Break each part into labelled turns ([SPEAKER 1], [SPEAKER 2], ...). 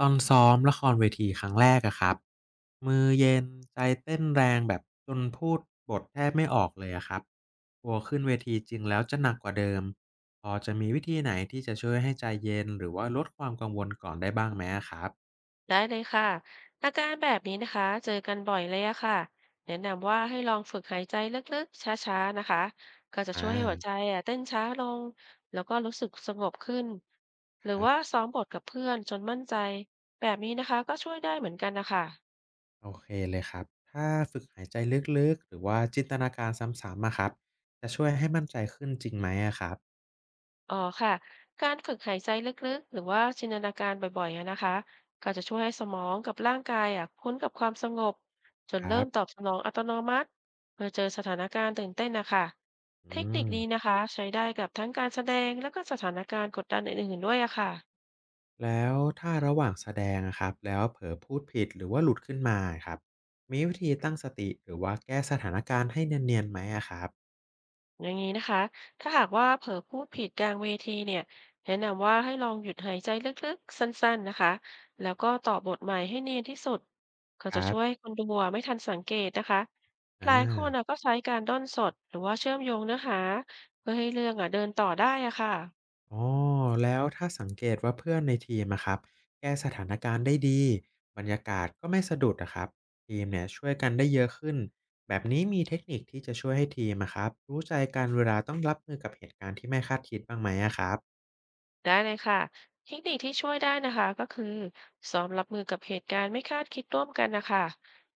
[SPEAKER 1] ตอนซ้อมละครเวทีครั้งแรกอะครับมือเย็นใจเต้นแรงแบบจนพูดบทแทบไม่ออกเลยอะครับกลัวขึ้นเวทีจริงแล้วจะหนักกว่าเดิมพอจะมีวิธีไหนที่จะช่วยให้ใจเย็นหรือว่าลดความกังวลก่อนได้บ้างไหมอะครับ
[SPEAKER 2] ได้เลยค่ะอาการแบบนี้นะคะเจอกันบ่อยเลยอะค่ะแนะนำว่าให้ลองฝึกหายใจลึกๆช้าๆนะคะ ก็จะ
[SPEAKER 1] อ่า
[SPEAKER 2] ช่วยให้หัวใจอะเต้นช้าลงแล้วก็รู้สึกสงบขึ้น หรื
[SPEAKER 1] ค
[SPEAKER 2] อ
[SPEAKER 1] รับ
[SPEAKER 2] ว่าซ้อมบทกับเพื่อนจนมั่นใจ แบบนี้นะคะก็ช่วยได้เหมือนกันนะคะ
[SPEAKER 1] โอเคเลยครับถ้าฝึกหายใจลึกๆหรือว่าจินตนาการซ้ำๆอะครับจะช่วยให้มั่นใจขึ้นจริงไหมอะครับ
[SPEAKER 2] อ๋อค่ะการฝึกหายใจลึกๆหรือว่าจินตนาการบ่อยๆอะนะคะก็จะช่วยให้สมองกับร่างกายอ่ะคุ้นกับความสงบจ
[SPEAKER 1] ค
[SPEAKER 2] น
[SPEAKER 1] รั
[SPEAKER 2] เริ่มตอบ
[SPEAKER 1] บ
[SPEAKER 2] สนองอัตโนมัติเมื่อเจอสถานการณ์ตื่นเต้นนะคะ
[SPEAKER 1] อื
[SPEAKER 2] เทคนิค
[SPEAKER 1] ม
[SPEAKER 2] นี้นะคะใช้ได้กับทั้งการแสดงแล้วก็สถานการณ์กดดันอื่นๆด้วยอะค่ะ
[SPEAKER 1] แล้วถ้าระหว่างแสดงอะครับแล้วเผลอพูดผิดหรือว่าหลุดขึ้นมาครับมีวิธีตั้งสติหรือว่าแก้สถานการณ์ให้เนียนๆไหมอะครับ
[SPEAKER 2] อย่างนี้นะคะ ถ้าหากว่าเผลอพูดผิดกลางเวทีเนี่ย แนะนำว่าให้ลองหยุดหายใจลึกๆสั้นๆนะคะ แล้วก็ตอบบทใหม่ให้เนียนที่สุด ก็
[SPEAKER 1] ค
[SPEAKER 2] จะ
[SPEAKER 1] รั
[SPEAKER 2] ช่
[SPEAKER 1] บ
[SPEAKER 2] วยคนดูอะไม่ทันสังเกตนะคะห
[SPEAKER 1] อา
[SPEAKER 2] ลายคนอะก็ใช้การด้นสดหรือว่าเชื่อมโยงเนื้อหาเพื่อให้เรื่องอ่ะเดินต่อได้อะค่ะ
[SPEAKER 1] อ๋อแล้วถ้าสังเกตว่าเพื่อนในทีมอะครับแก้สถานการณ์ได้ดีบรรยากาศก็ไม่สะดุดอะครับทีมเนี่ยช่วยกันได้เยอะขึ้นแบบนี้มีเทคนิคที่จะช่วยให้ทีมอะครับรู้ใจกันเวลาต้องรับมือกับเหตุการณ์ที่ไม่คาดคิดบ้างไหมอะครับ
[SPEAKER 2] ได้เลยค่ะเทคนิคที่ช่วยได้นะคะก็คือซ้อมรับมือกับเหตุการณ์ไม่คาดคิดร่วมกันนะคะ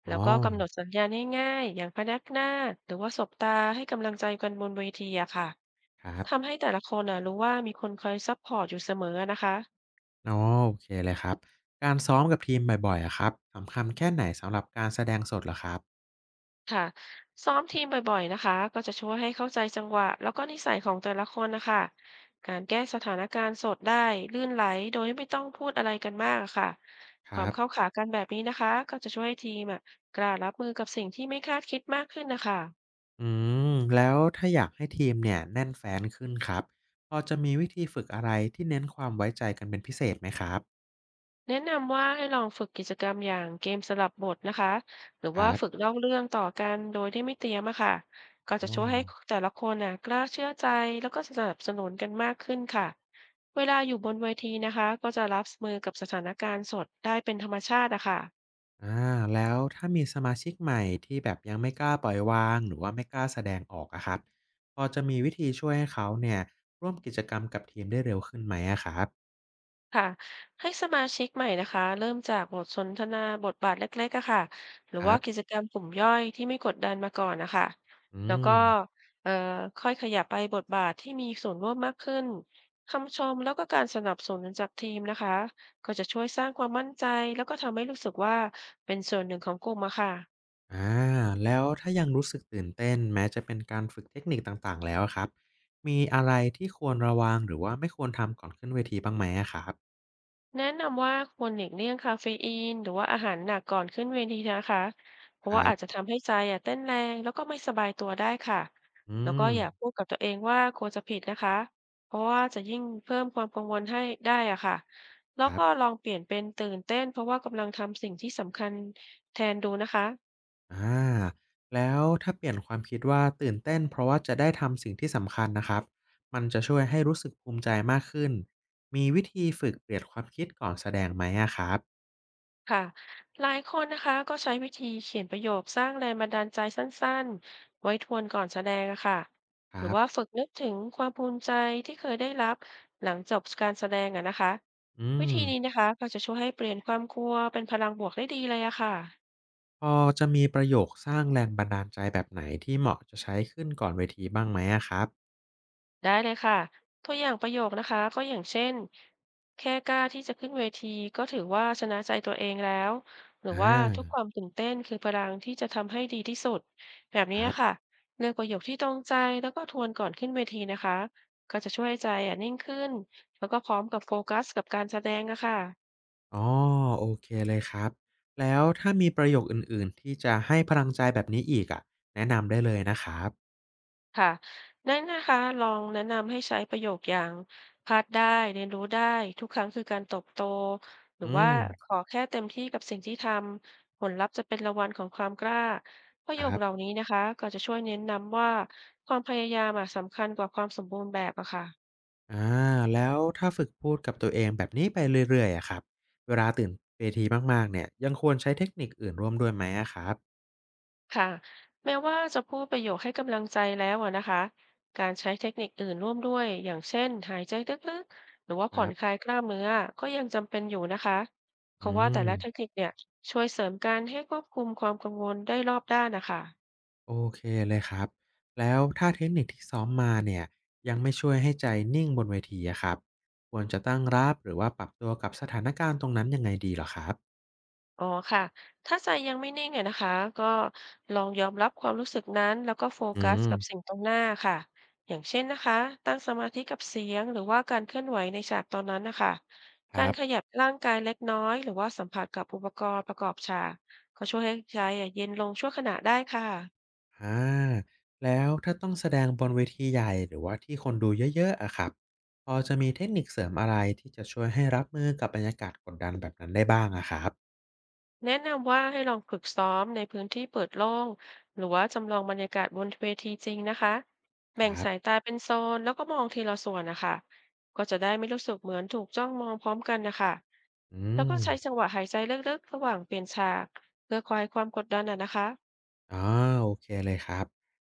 [SPEAKER 2] แล้
[SPEAKER 1] อ๋
[SPEAKER 2] ว
[SPEAKER 1] อ
[SPEAKER 2] ก็กำหนดสัญญาณง่ายๆอย่างพยักหน้าหรือว่าสบตาให้กำลังใจกันบนเวทีอะค่ะ
[SPEAKER 1] ครับ
[SPEAKER 2] ทำให้แต่ละคนน่ะรู้ว่ามีคนคอยซัพพอร์ตอยู่เสมอนะคะ
[SPEAKER 1] อ๋อโอเคเลยครับการซ้อมกับทีมบ่อยๆอะครับสำคัญแค่ไหนสำหรับการแสดงสดเหรอครับ
[SPEAKER 2] ค่ะซ้อมทีมบ่อยๆนะคะก็จะช่วยให้เข้าใจจังหวะแล้วก็นิสัยของแต่ละคนนะคะการแก้สถานการณ์สดได้ลื่นไหลโดยไม่ต้องพูดอะไรกันมากอะค่ะ
[SPEAKER 1] ค
[SPEAKER 2] ค
[SPEAKER 1] รั
[SPEAKER 2] วามเข้า
[SPEAKER 1] บ
[SPEAKER 2] ขากันแบบนี้นะคะก็จะช่วยให้ทีมอะกล้ารับมือกับสิ่งที่ไม่คาดคิดมากขึ้นนะคะ
[SPEAKER 1] อืมแล้วถ้าอยากให้ทีมเนี่ยแน่นแฟ้นขึ้นครับพอจะมีวิธีฝึกอะไรที่เน้นความไว้ใจกันเป็นพิเศษไหมครับ
[SPEAKER 2] แนะนำว่าให้ลองฝึกกิจกรรมอย่างเกมสลับบทนะคะหรือ
[SPEAKER 1] ค
[SPEAKER 2] ว่า
[SPEAKER 1] รั
[SPEAKER 2] ฝึก
[SPEAKER 1] บ
[SPEAKER 2] เล่าเรื่องต่อกันโดยที่ไม่เตรียมอะค่ะก็จะ
[SPEAKER 1] โอ้
[SPEAKER 2] ช่วยให้แต่ละคนน่ะกล้าเชื่อใจแล้วก็สนับสนุนกันมากขึ้นค่ะเวลาอยู่บนเวทีนะคะก็จะรับมือกับสถานการณ์สดได้เป็นธรรมชาติอะค่ะ
[SPEAKER 1] อ่าแล้วถ้ามีสมาชิกใหม่ที่แบบยังไม่กล้าปล่อยวางหรือว่าไม่กล้าแสดงออกอะครับพอจะมีวิธีช่วยให้เขาเนี่ยร่วมกิจกรรมกับทีมได้เร็วขึ้นไหมอะครับ
[SPEAKER 2] ค่ะให้สมาชิกใหม่นะคะเริ่มจากบทสนทนาบทบาทเล็กๆอะค่ะหรือ
[SPEAKER 1] ครั
[SPEAKER 2] ว่ากิจ
[SPEAKER 1] บ
[SPEAKER 2] กรรมกลุ่มย่อยที่ไม่กดดันมาก่อนนะคะ
[SPEAKER 1] อื
[SPEAKER 2] แล้วก็
[SPEAKER 1] ม
[SPEAKER 2] เอ่อค่อยขยับไปบทบาทที่มีส่วนร่วมมากขึ้นคำชมแล้วก็การสนับสนุนจากทีมนะคะก็จะช่วยสร้างความมั่นใจแล้วก็ทำให้รู้สึกว่าเป็นส่วนหนึ่งของกลุ่มอะค่ะ
[SPEAKER 1] อาแล้วถ้ายังรู้สึกตื่นเต้นแม้จะเป็นการฝึกเทคนิคต่างๆแล้วอะครับมีอะไรที่ควรระวังหรือว่าไม่ควรทำก่อนขึ้นเวทีบ้างไหมอะครับ
[SPEAKER 2] แนะนำว่าควรหลีกเลี่ยงคาเฟอีนหรือว่าอาหารหนักก่อนขึ้นเวทีนะคะเพ
[SPEAKER 1] ค
[SPEAKER 2] ราะว่า
[SPEAKER 1] รั
[SPEAKER 2] อาจจะ
[SPEAKER 1] บ
[SPEAKER 2] ทำให้ใจอ่ะเต้นแรงแล้วก็ไม่สบายตัวได้ค่ะ
[SPEAKER 1] อื
[SPEAKER 2] แล้วก็
[SPEAKER 1] ม
[SPEAKER 2] อย่าพูดกับตัวเองว่ากลัวจะผิดนะคะเพราะว่าจะยิ่งเพิ่มความกังวลให้ได้อ่ะค่ะแล้ว
[SPEAKER 1] ครั
[SPEAKER 2] ก็ล
[SPEAKER 1] บ
[SPEAKER 2] องเปลี่ยนเป็นตื่นเต้นเพราะว่ากำลังทำสิ่งที่สำคัญแทนดูนะคะ
[SPEAKER 1] อาแล้วถ้าเปลี่ยนความคิดว่าตื่นเต้นเพราะว่าจะได้ทำสิ่งที่สำคัญนะครับมันจะช่วยให้รู้สึกภูมิใจมากขึ้นมีวิธีฝึกเปลี่ยนความคิดก่อนแสดงไหมอะครับ
[SPEAKER 2] ค่ะหลายคนนะคะก็ใช้วิธีเขียนประโยคสร้างแรงบันดาลใจสั้นๆไว้ทวนก่อนแสดงอะค่ะ
[SPEAKER 1] ค
[SPEAKER 2] หรือ
[SPEAKER 1] รั
[SPEAKER 2] ว่า
[SPEAKER 1] บ
[SPEAKER 2] ฝึกนึกถึงความภูมิใจที่เคยได้รับหลังจบการแสดงอะนะคะ
[SPEAKER 1] อื
[SPEAKER 2] วิ
[SPEAKER 1] ม
[SPEAKER 2] ธีนี้นะคะก็จะช่วยให้เปลี่ยนความกลัวเป็นพลังบวกได้ดีเลยอะค่ะ
[SPEAKER 1] พอจะมีประโยคสร้างแรงบันดาลใจแบบไหนที่เหมาะจะใช้ขึ้นก่อนเวทีบ้างไหมอะครับ
[SPEAKER 2] ได้เลยค่ะตัวอย่างประโยคนะคะก็อย่างเช่นแค่กล้าที่จะขึ้นเวทีก็ถือว่าชนะใจตัวเองแล้วหรือ
[SPEAKER 1] อ
[SPEAKER 2] ว่าทุกค
[SPEAKER 1] า
[SPEAKER 2] วามตื่นเต้นคือพลังที่จะทำให้ดีที่สุดแบบ
[SPEAKER 1] ค
[SPEAKER 2] นี้
[SPEAKER 1] รั
[SPEAKER 2] ค่ะ
[SPEAKER 1] บ
[SPEAKER 2] เลือกประโยคที่ตรงใจแล้วก็ทวนก่อนขึ้นเวทีนะคะก็จะช่วยให้ใจอ่ะนิ่งขึ้นแล้วก็พร้อมกับโฟกัสกับการแสดงอะค่ะ
[SPEAKER 1] อ๋อโอเคเลยครับแล้วถ้ามีประโยคอื่นๆที่จะให้พลังใจแบบนี้อีกอะแนะนำได้เลยนะครับ
[SPEAKER 2] ค่ะนั่นนะคะลองแนะนำให้ใช้ประโยคอย่างพลาดได้เรียนรู้ได้ทุกครั้งคือการเติบโตหรื
[SPEAKER 1] อื
[SPEAKER 2] อว่า
[SPEAKER 1] ม
[SPEAKER 2] ขอแค่เต็มที่กับสิ่งที่ทำผลลัพธ์จะเป็นรางวัลของความกล้าประ
[SPEAKER 1] ค
[SPEAKER 2] โยค
[SPEAKER 1] รับ
[SPEAKER 2] เหล่านี้นะคะก็จะช่วยเน้นนำว่าความพยายามอะสำคัญกว่าความสมบูรณ์แบบอะค่ะ
[SPEAKER 1] อาแล้วถ้าฝึกพูดกับตัวเองแบบนี้ไปเรื่อยๆอะครับเวลาตื่นเวทีมากๆเนี่ยยังควรใช้เทคนิคอื่นร่วมด้วยไหมอะครับ
[SPEAKER 2] ค่ะแม้ว่าจะพูดประโยคให้กำลังใจแล้วอะนะคะการใช้เทคนิคอื่นร่วมด้วยอย่างเช่นหายใจลึกๆหรือว่า
[SPEAKER 1] ค
[SPEAKER 2] ผ่อ
[SPEAKER 1] รั
[SPEAKER 2] นคลา
[SPEAKER 1] บ
[SPEAKER 2] ยกล้ามเนื้อก็ยังจำเป็นอยู่นะคะเพ
[SPEAKER 1] อื
[SPEAKER 2] ราะว่าแต่ละเทค
[SPEAKER 1] ม
[SPEAKER 2] นิคเนี่ยช่วยเสริมการให้ควบคุมความกังวลได้รอบด้านนะคะ
[SPEAKER 1] โอเคเลยครับแล้วถ้าเทคนิคที่ซ้อมมาเนี่ยยังไม่ช่วยให้ใจนิ่งบนเวทีอะครับควรจะตั้งรับหรือว่าปรับตัวกับสถานการณ์ตรงนั้นยังไงดีเหรอครับ
[SPEAKER 2] อ๋อค่ะ ถ้าใจยังไม่นิ่งอะนะคะ ก็ลองยอมรับความรู้สึกนั้นแล้วก็โฟ
[SPEAKER 1] อื
[SPEAKER 2] กัส
[SPEAKER 1] ม
[SPEAKER 2] กับสิ่งตรงหน้าค่ะ อย่างเช่นนะคะ ตั้งสมาธิกับเสียงหรือว่าการเคลื่อนไหวในฉากตอนนั้นนะคะ
[SPEAKER 1] ค
[SPEAKER 2] การ
[SPEAKER 1] รับ
[SPEAKER 2] ขยับร่างกายเล็กน้อยหรือว่าสัมผัสกับอุปกรณ์ประกอบฉากก็ช่วยให้ใจอะเย็นลงชั่วขณะได้ค่ะ
[SPEAKER 1] อาแล้วถ้าต้องแสดงบนเวทีใหญ่หรือว่าที่คนดูเยอะๆอะครับพอจะมีเทคนิคเสริมอะไรที่จะช่วยให้รับมือกับบรรยากาศกดดันแบบนั้นได้บ้างอะครับ
[SPEAKER 2] แนะนำว่าให้ลองฝึกซ้อมในพื้นที่เปิดโล่งหรือว่าจำลองบรรยากาศบนเวทีจริงนะคะ
[SPEAKER 1] ค
[SPEAKER 2] แบ่ง
[SPEAKER 1] รั
[SPEAKER 2] สาย
[SPEAKER 1] บ
[SPEAKER 2] ตาเป็นโซนแล้วก็มองทีละส่วนนะคะก็จะได้ไม่รู้สึกเหมือนถูกจ้องมองพร้อมกันนะคะ
[SPEAKER 1] อื
[SPEAKER 2] แล้วก็ใช้จั
[SPEAKER 1] ม
[SPEAKER 2] งหวะหายใจลึกๆระหว่างเปลี่ยนฉากเพื่อคลายความกดดันอะนะคะ
[SPEAKER 1] อ๋อโอเคเลยครับ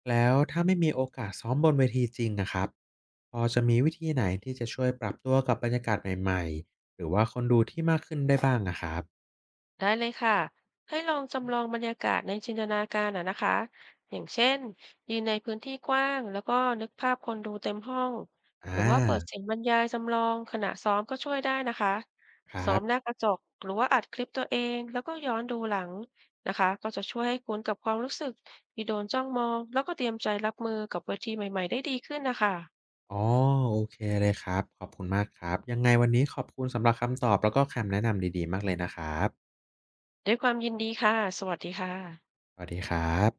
[SPEAKER 1] แล้วถ้าไม่มีโอกาสซ้อมบนเวทีจริงอะครับพอจะมีวิธีไหนที่จะช่วยปรับตัวกับบรรยากาศใหม่ๆหรือว่าคนดูที่มากขึ้นได้บ้างอะครับ
[SPEAKER 2] ได้เลยค่ะให้ลองจำลองบรรยากาศในจินตนาการอะนะคะอย่างเช่นยืนในพื้นที่กว้างแล้วก็นึกภาพคนดูเต็มห้อง
[SPEAKER 1] อ
[SPEAKER 2] หรือว่าเปิด
[SPEAKER 1] า
[SPEAKER 2] เสียงบรรยายจำลองขณะซ้อมก็ช่วยได้นะคะ
[SPEAKER 1] ค
[SPEAKER 2] ซ้อ
[SPEAKER 1] รั
[SPEAKER 2] ม
[SPEAKER 1] บ
[SPEAKER 2] หน้ากระจกหรือว่าอัดคลิปตัวเองแล้วก็ย้อนดูหลังนะคะก็จะช่วยให้คุ้นกับความรู้สึกที่โดนจ้องมองแล้วก็เตรียมใจรับมือกับเวทีใหม่ๆได้ดีขึ้นนะคะ
[SPEAKER 1] อ๋อโอเคเลยครับขอบคุณมากครับยังไงวันนี้ขอบคุณสำหรับคำตอบแล้วก็คำแนะนำดีๆมากเลยนะครับ
[SPEAKER 2] ด้วยความยินดีค่ะสวัสดีค่ะ
[SPEAKER 1] สวัสดีครับ